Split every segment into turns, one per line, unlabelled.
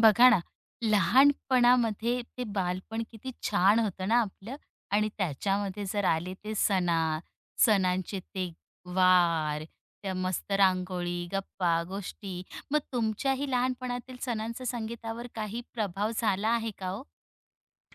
बघा ना, लहानपणामध्ये ते बालपण किती छान होतं ना आपलं आणि त्याच्यामध्ये जर आले ते सणांचे ते वार, त्या मस्त रांगोळी, गप्पा, गोष्टी. मग तुमच्याही लहानपणातील सणांचा संगीतावर काही प्रभाव झाला आहे का हो?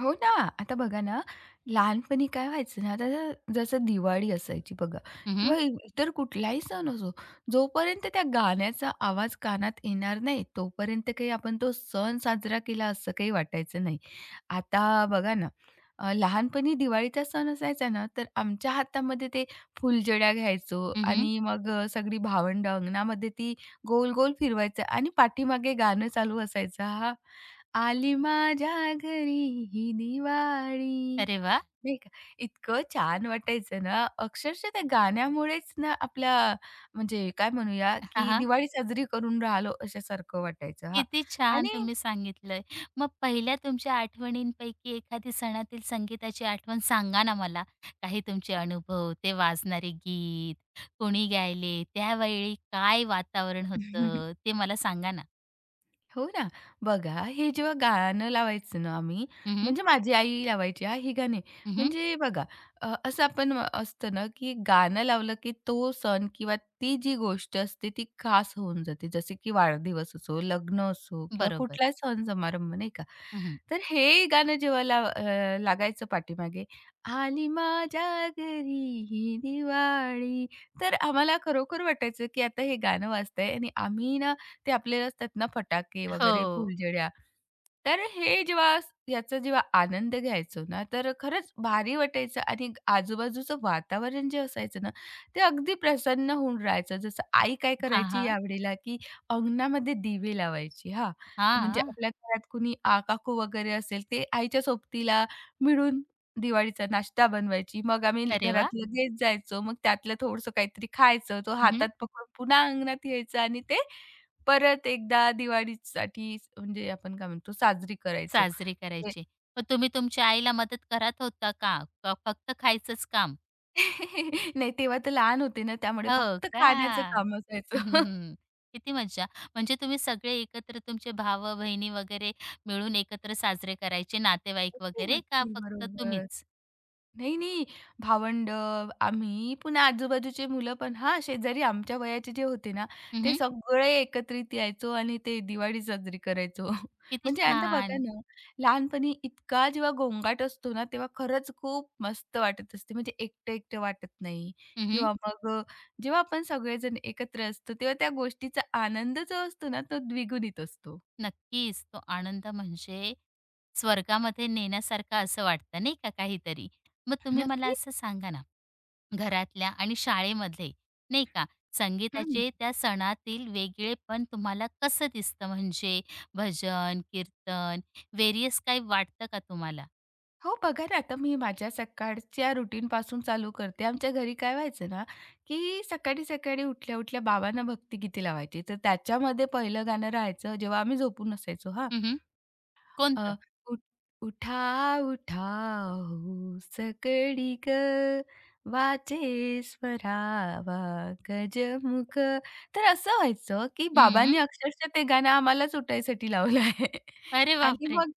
हो ना. आता बघा ना, लहानपणी काय व्हायचं ना, आता जसं दिवाळी असायची बघा
हं, हं.
किंवा इतर कुठलाही सण असो, जोपर्यंत त्या गाण्याचा आवाज कानात येणार नाही, तोपर्यंत काही आपण तो सण साजरा केला असं काही वाटायचं नाही. आता बघा ना, लहानपणी दिवाळीचा सण असायचा ना, तर आमच्या हातामध्ये ते फुलजड्या घ्यायचो आणि मग सगळी भावंडं अंगणामध्ये ती गोल-गोल फिरवायचं आणि पाठीमागे गाणं चालू असायचं. हां, आली माझ्या घरी ही दिवाळी,
अरे वा.
नाही का? इतकं छान वाटायचं ना, अक्षरशः त्या गाण्यामुळेच ना आपल्या म्हणजे काय म्हणूया, की
हां,
दिवाळी साजरी करून राहिलो अशासारखं वाटायचं. हां
किती छान
आणि
तुम्ही सांगितलंय. मग पहिल्या तुमच्या आठवणींपैकी एखादी सणातील संगीताची आठवण सांगा ना मला. काही तुमचे अनुभव, ते वाजणारे गीत, कोणी गायले, त्यावेळी काय वातावरण होतं, ते मला सांगा ना?
हो ना. बघा, हे जेव्हा गाणं लावायचं ना आम्ही,
हं, हं.
म्हणजे माझी आई लावायची हां, ही गाणी. म्हणजे बघा, असं आपण असतं ना, की गाणं लावलं, की तो सण किंवा ती जी गोष्ट असते ती खास होऊन जाते. जसे की वाढदिवस असो, लग्न असो किंवा
बरोबर.
कुठलाही सण समारंभ नाही का.
हं,
तर हे गाणं जेव्हा लागायचं पाठीमागे, "आली माझ्या घरी ही दिवाळी." तर आम्हाला खरोखर वाटायचं, की आता हे गाणं वाजतंय आणि आम्ही ना ते आपले असतात ना फटाके वगैरे,
हो.
फुलझड्या. तर हे जेव्हा याचा जेव्हा आनंद घ्यायचो ना, तर खरंच भारी वाटायचं आणि आजूबाजूचं वातावरण जे असायचं ना, ते अगदी प्रसन्न होऊन राहायचं. जसं आई काय
हां,
करायची
हां.
यावेळेला, की अंगणामध्ये दिवे लावायची हां. म्हणजे
हां.
आपल्या घरात कुणी काकू वगैरे असेल, ते आईच्या सोबतीला मिळून दिवाळीचा नाश्ता बनवायची. मग आम्ही
अरे वाह!
घरात लगेच जायचो. मग त्यातलं थोडंसं काहीतरी खायचं. तो
हं,
हातात पकडून पुन्हा अंगणात यायचा आणि ते परत एकदा दिवाळीसाठी म्हणजे आपण काय म्हणतो साजरी करायचो.
साजरी
म्हणजे
करायची. मग तुम्ही तुमच्या आईला मदत करत होता का? का फक्त खायचंच काम?
नाही तेव्हा तर लहान होते ना त्यामुळे
हो
फक्त
का?
खाण्याचं काम असायचं.
हं, हं, हं. किती मज्जा! म्हणजे तुम्ही सगळे एकत्र तुमचे भाव-बहिणी वगैरे मिळून एकत्र साजरे करायचे, नातेवाईक
अगदी,
वगैरे का
अगदी.
फक्त
बरोबर.
तुम्हीच?
नाही, नाही. भावंड आम्ही, पुन्हा आजूबाजूचे मुलं पण हां, शेजारी आमच्या वयाचे जे होते ना, ते
हं,
सगळे एकत्रित यायचो आणि ते दिवाळी साजरी करायचो.
किती
म्हणजे आता बघा
छान.
ना, लहानपणी इतका जेव्हा गोंगाट असतो ना, तेव्हा खरंच खूप मस्त वाटत असते. म्हणजे एकटं-एकटं वाटत नाही
हं, हं.
किंवा मग जेव्हा आपण सगळेजण एकत्र असतो, तेव्हा त्या गोष्टीचा आनंद जो असतो ना, तो द्विगुणित असतो.
नक्कीच तो आनंद म्हणजे स्वर्गामध्ये नेण्यासारखा असं वाटतं नाही का काहीतरी. मग तुम्ही मला
नक्की.
असं सांगा ना घरातल्या आणि शाळेमध्ये, नाही का? संगीताचे त्या सणातील वेगळेपण तुम्हाला कसं दिसतं? म्हणजे भजन, कीर्तन, वेरियस काही वाटतं का तुम्हाला?
हो, बघा ना, आता मी माझ्या सकाळच्या रुटीनपासून चालू करते. आमच्या घरी काय व्हायचं ना, की सकाळी-सकाळी उठल्या-उठल्या बाबांना भक्तिगीते लावायची. तर त्याच्यामध्ये पहिलं गाणं राहायचं जेव्हा आम्ही झोपून असायचो हा
हं, हं. कोणतं?
अ, उठ उठा, उठा हो सकळी गं, वाचे स्वरावा गजमुख. तर असं व्हायचं, की
हं.
बाबांनी अक्षरशः ते गाणं आम्हालाच उठायसाठी लावलं आहे.
अरे
आणि
बापरे!
मग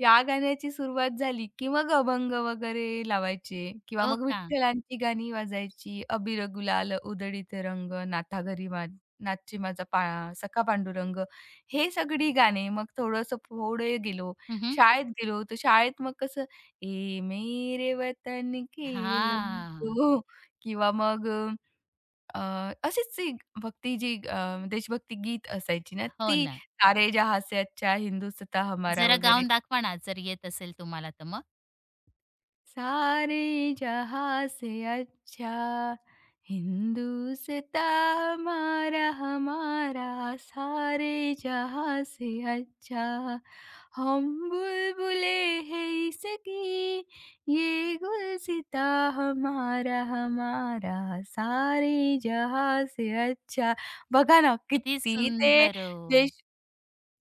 या गाण्याची सुरुवात झाली, की मग अभंग वगैरे लावायचे किंवा
हो
मग
का?
विठ्ठलांची गाणी वाजायची. "अबीर गुलाल उधळीत रंग, नाथा घरी नाथची माझा सखा पांडुरंग." हे सगळी गाणी. मग थोडंसं पुढे गेलो
हं, हं.
शाळेत गेलो होतो. शाळेत मग कसं, "ए मेरे वतन के लोगो" किंवा मग अ, अशीच एक भक्ती जी अ, देशभक्ती गीत असायची ना,
हो
ती
ना.
"सारे जहाँ से अच्छा हिंदुस्ताँ हमारा"
जरा
वगैरे.
गाऊन दाखवा ना, जर येत असेल तुम्हाला तर मग?
सारे जहां से अच्छा हिंदुस्तां हमारा हमारा सारे जहां से अच्छा हम बुलबुले हैं इसकी ये गुलसिता हमारा हमारा सारे जहां से अच्छा बघा ना
किती
किती ते
सुंदर ओ!
देश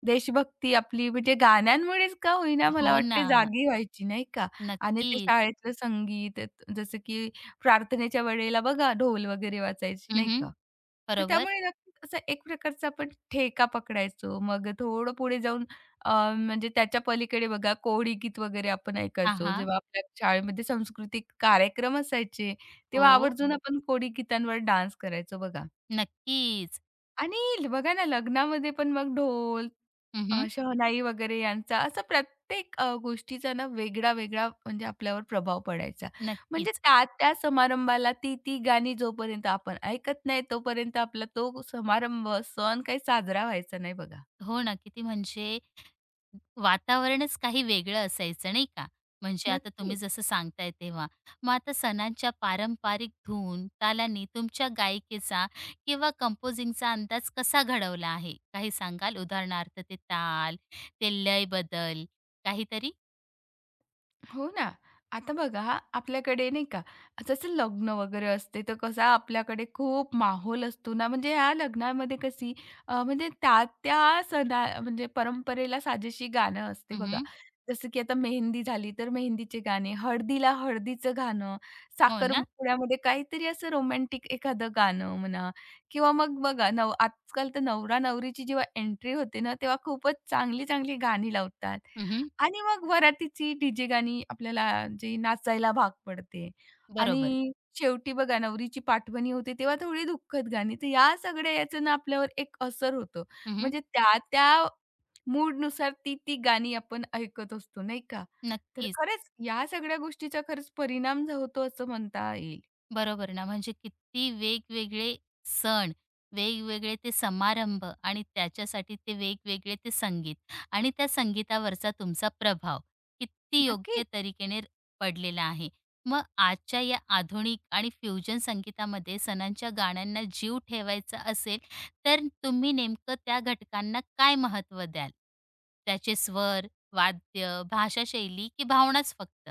देशभक्ती आपली म्हणजे गाण्यांमुळेच का होईना मला
हो ना.
वाटते जागी व्हायची, नाही का? आणि ते
नक्कीच.
शाळेतलं संगीत जसं की प्रार्थनेच्या वेळेला बघा ढोल वगैरे वाजायची, नाही
हं,
का? तर
बरोबर.
त्यामुळे नक्कीच असा एक प्रकारचा आपण ठेका पकडायचो. मग थोडं पुढे जाऊन अ, म्हणजे त्याच्या पलीकडे बघा कोळी गीत वगैरे आपण
हां,
ऐकायचो.
हां.
जेव्हा आपल्या शाळेमध्ये सांस्कृतिक कार्यक्रम असायचे, तेव्हा
हो.
आवर्जून आपण कोळी गीतांवर डान्स करायचो बघा.
नक्कीच.
आणि बघा ना लग्नामध्ये पण मग ढोल
हं,
शहनाई वगैरे यांचा असा प्रत्येक गोष्टीचा ना वेगळा-वेगळा म्हणजे आपल्यावर प्रभाव पडायचा. म्हणजे
नक्कीच.
त्या-त्या समारंभाला ती-ती गाणी जोपर्यंत आपण ऐकत नाही तोपर्यंत आपला तो समारंभ, सण काही साजरा व्हायचा नाही बघा.
हो ना, किती म्हणजे वातावरणच काही वेगळं असायचं नाही का? म्हणजे आता तुम्ही
नक्कीच.
जसं सांगताय तेव्हा. मग आता सणांच्या पारंपरिक धून, तालांनी तुमच्या गायिकेचा किंवा कंपोजिंगचा अंदाज कसा घडवला आहे? काही सांगाल? उदाहरणार्थ ते ताल, ते लय बदल काहीतरी?
हो ना. आता बघा आपल्याकडे नाही का, जसं लग्न वगैरे असते तर कसा आपल्याकडे खूप माहोल असतो ना, म्हणजे ह्या लग्नामध्ये कशी म्हणजे त्या त्या सणा म्हणजे परंपरेला साजेशी गाणं असते बघा.
हं,
जसं की आता मेहंदी झाली तर मेहंदीचे गाणे, हळदीला हळदीचं गाणं,
हो ना?
साखरपुड्यामध्ये काहीतरी असं रोमॅन्टिक एखादं गाणं म्हणा किंवा मग बघा आजकाल तर नवरा-नवरीची जेव्हा एंट्री होते ना, तेव्हा खूपच चांगली-चांगली गाणी लावतात.
हं,
आणि मग वरातीची डीजे गाणी आपल्याला जी नाचायला भाग पडते
बरोबर.
आणि शेवटी बघा नवरीची पाठवणी होते तेव्हा थोडी दुःखद गाणी. तर या सगळ्या याचं ना आपल्यावर एक असर होतो.
हं,
म्हणजे त्या त्या मूडनुसार ती-ती गाणी आपण ऐकत असतो, नाही का? तर
नक्कीच.
खरंच या सगळ्या गोष्टीचा खरंच परिणाम जो होतो असं म्हणता येईल.
बरोबर ना, म्हणजे किती वेगवेगळे सण, वेगवेगळे ते समारंभ आणि त्याच्यासाठी ते वेगवेगळे ते संगीत आणि त्या संगीतावरचा तुमचा प्रभाव किती
नक्की
योग्य तरीकेने पडलेला आहे. मग आजच्या या आधुनिक आणि फ्युजन संगीतामध्ये सणांच्या गाण्यांना जीव ठेवायचा असेल, तर तुम्ही नेमकं त्या घटकांना काय महत्त्व द्याल? त्याचे स्वर, वाद्य, भाषाशैली की भावनाच फक्त?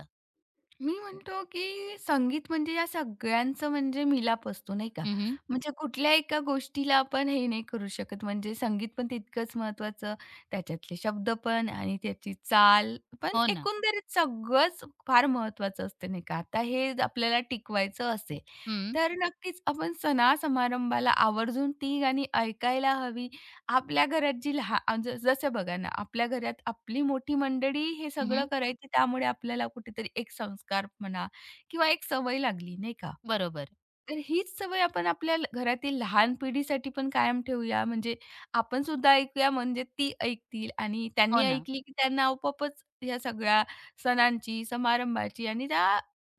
मी म्हणतो, की संगीत म्हणजे या सगळ्यांचं म्हणजे मिलाप असतो, नाही का?
हं,
म्हणजे कुठल्या एका गोष्टीला आपण हे नाही करू शकत. म्हणजे संगीत पण तितकंच महत्त्वाचं, त्याच्यातले शब्द पण आणि त्याची चाल पण
हो ना.
एकंदरीत सगळंच फार महत्त्वाचं असतं, नाही का? आता हे आपल्याला टिकवायचं असेल,
हं.
तर नक्कीच आपण सणा-समारंभाला आवर्जून ती गाणी ऐकायला हवी. आपल्या घरात जी लहान जसं बघा ना, आपल्या घरात आपली मोठी मंडळी हे सगळं
हं,
करायची, त्यामुळे आपल्याला कुठेतरी एक संस्कार म्हणा किंवा एक सवय लागली, नाही का?
बरोबर.
तर हीच सवय आपण आपल्या घरातील लहान पिढीसाठी पण कायम ठेवूया, म्हणजे आपण सुद्धा ऐकूया, म्हणजे ती ऐकतील आणि
हो
त्यांनी
ना.
ऐकली, की त्यांना आपोआपच या सगळ्या सणांची, समारंभाची आणि त्या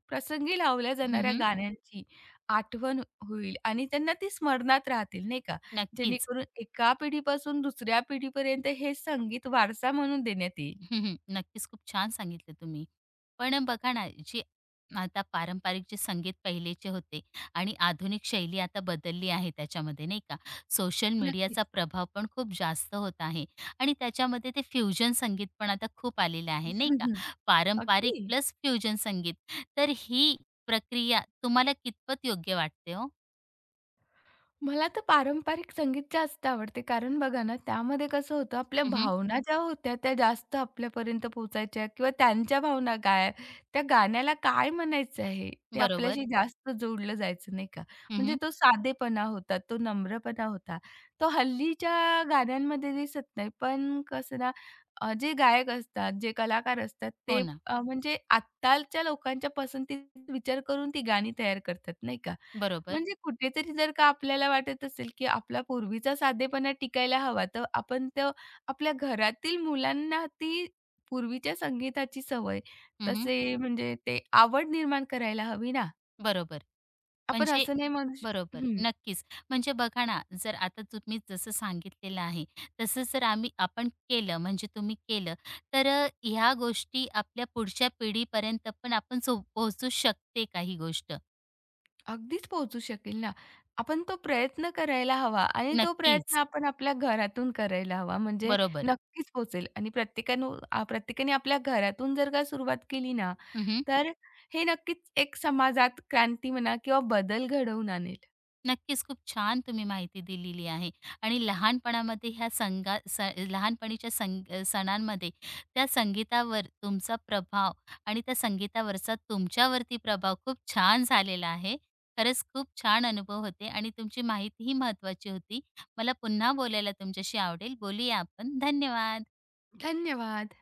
प्रसंगी लावल्या
हं,
जाणाऱ्या
हं.
गाण्यांची आठवण होईल आणि त्यांना ती स्मरणात राहतील, नाही का?
नक्कीच.
जेणेकरून एका पिढीपासून दुसऱ्या पिढीपर्यंत हे संगीत वारसा म्हणून देण्यात येईल.
हं, हं. नक्कीच खूप छान सांगितलं तुम्ही. पण बघा ना, जे आता पारंपरिक जे संगीत पहिलेचे होते आणि आधुनिक शैली आता बदलली आहे त्याच्यामध्ये नाही का. सोशल
नक्कीच.
मीडियाचा प्रभाव पण खूप जास्त होत आहे आणि त्याच्यामध्ये ते फ्युजन संगीत पण आता खूप आलेलं आहे नाही का. पारंपरिक
अगदी.
प्लस फ्युजन संगीत. तर ही प्रक्रिया तुम्हाला कितपत योग्य वाटते हो?
मला तर पारंपरिक संगीत जास्त आवडते. कारण बघा ना, त्यामध्ये कसं होतं, आपल्या
हं, हं.
भावना ज्या होत्या त्या जास्त आपल्यापर्यंत पोहोचायच्या किंवा त्यांच्या भावना काय, त्या गाण्याला काय म्हणायचं आहे, ते
बरोबर.
आपल्याशी जास्त जोडलं जायचं नाही का.
हं,
म्हणजे
हं.
तो साधेपणा होता, तो नम्रपणा होता. तो हल्लीच्या गाण्यांमध्ये दिसत नाही. पण कसं ना, जे गायक असतात, जे कलाकार असतात
हो
ते
ना.
म्हणजे आत्ताच्या लोकांच्या पसंतीचा विचार करून ती गाणी तयार करतात नाही का.
बरोबर.
म्हणजे कुठेतरी जर का आपल्याला वाटत असेल, की आपला पूर्वीचा साधेपणा टिकायला हवा, तर आपण तर आपल्या घरातील मुलांना ती पूर्वीच्या संगीताची सवय,
हं, हं.
तसे म्हणजे ते आवड निर्माण करायला हवी ना.
बरोबर.
आपण
म्हणजे
असं नाही म्हणू श
बरोबर,
हं.
नक्कीच. म्हणजे बघा ना, जर आता तुम्ही जसं सांगितलेलं आहे, तसं जर आम्ही आपण केलं म्हणजे तुम्ही केलं, तर ह्या गोष्टी आपल्या पुढच्या पिढीपर्यंत पण आपण सो पोहोचू शकते का ही गोष्ट?
अगदीच पोहोचू शकेल ना. आपण तो प्रयत्न करायला हवा आणि तो प्रयत्न
नक्कीच,
आपण आपल्या घरातून करायला हवा. म्हणजे
बरोबर.
नक्कीच पोहोचेल आणि प्रत्येकाने आपल्या घरातून जर का सुरुवात केली ना,
हं,
तर हे नक्कीच एक समाजात क्रांती म्हणा किंवा बदल घडवून आणेल.
नक्कीच, खूप छान तुम्ही माहिती दिलेली आहे आणि लहानपणामध्ये ह्या संगा स लहानपणीच्या संग सणांमध्ये त्या संगीतावर तुमचा प्रभाव आणि त्या संगीतावरचा तुमच्यावरती प्रभाव खूप छान झालेला आहे. खरंच खूप छान अनुभव होते आणि तुमची माहितीही महत्त्वाची होती. मला पुन्हा बोलायला तुमच्याशी आवडेल. बोलूया आपण. धन्यवाद.
धन्यवाद.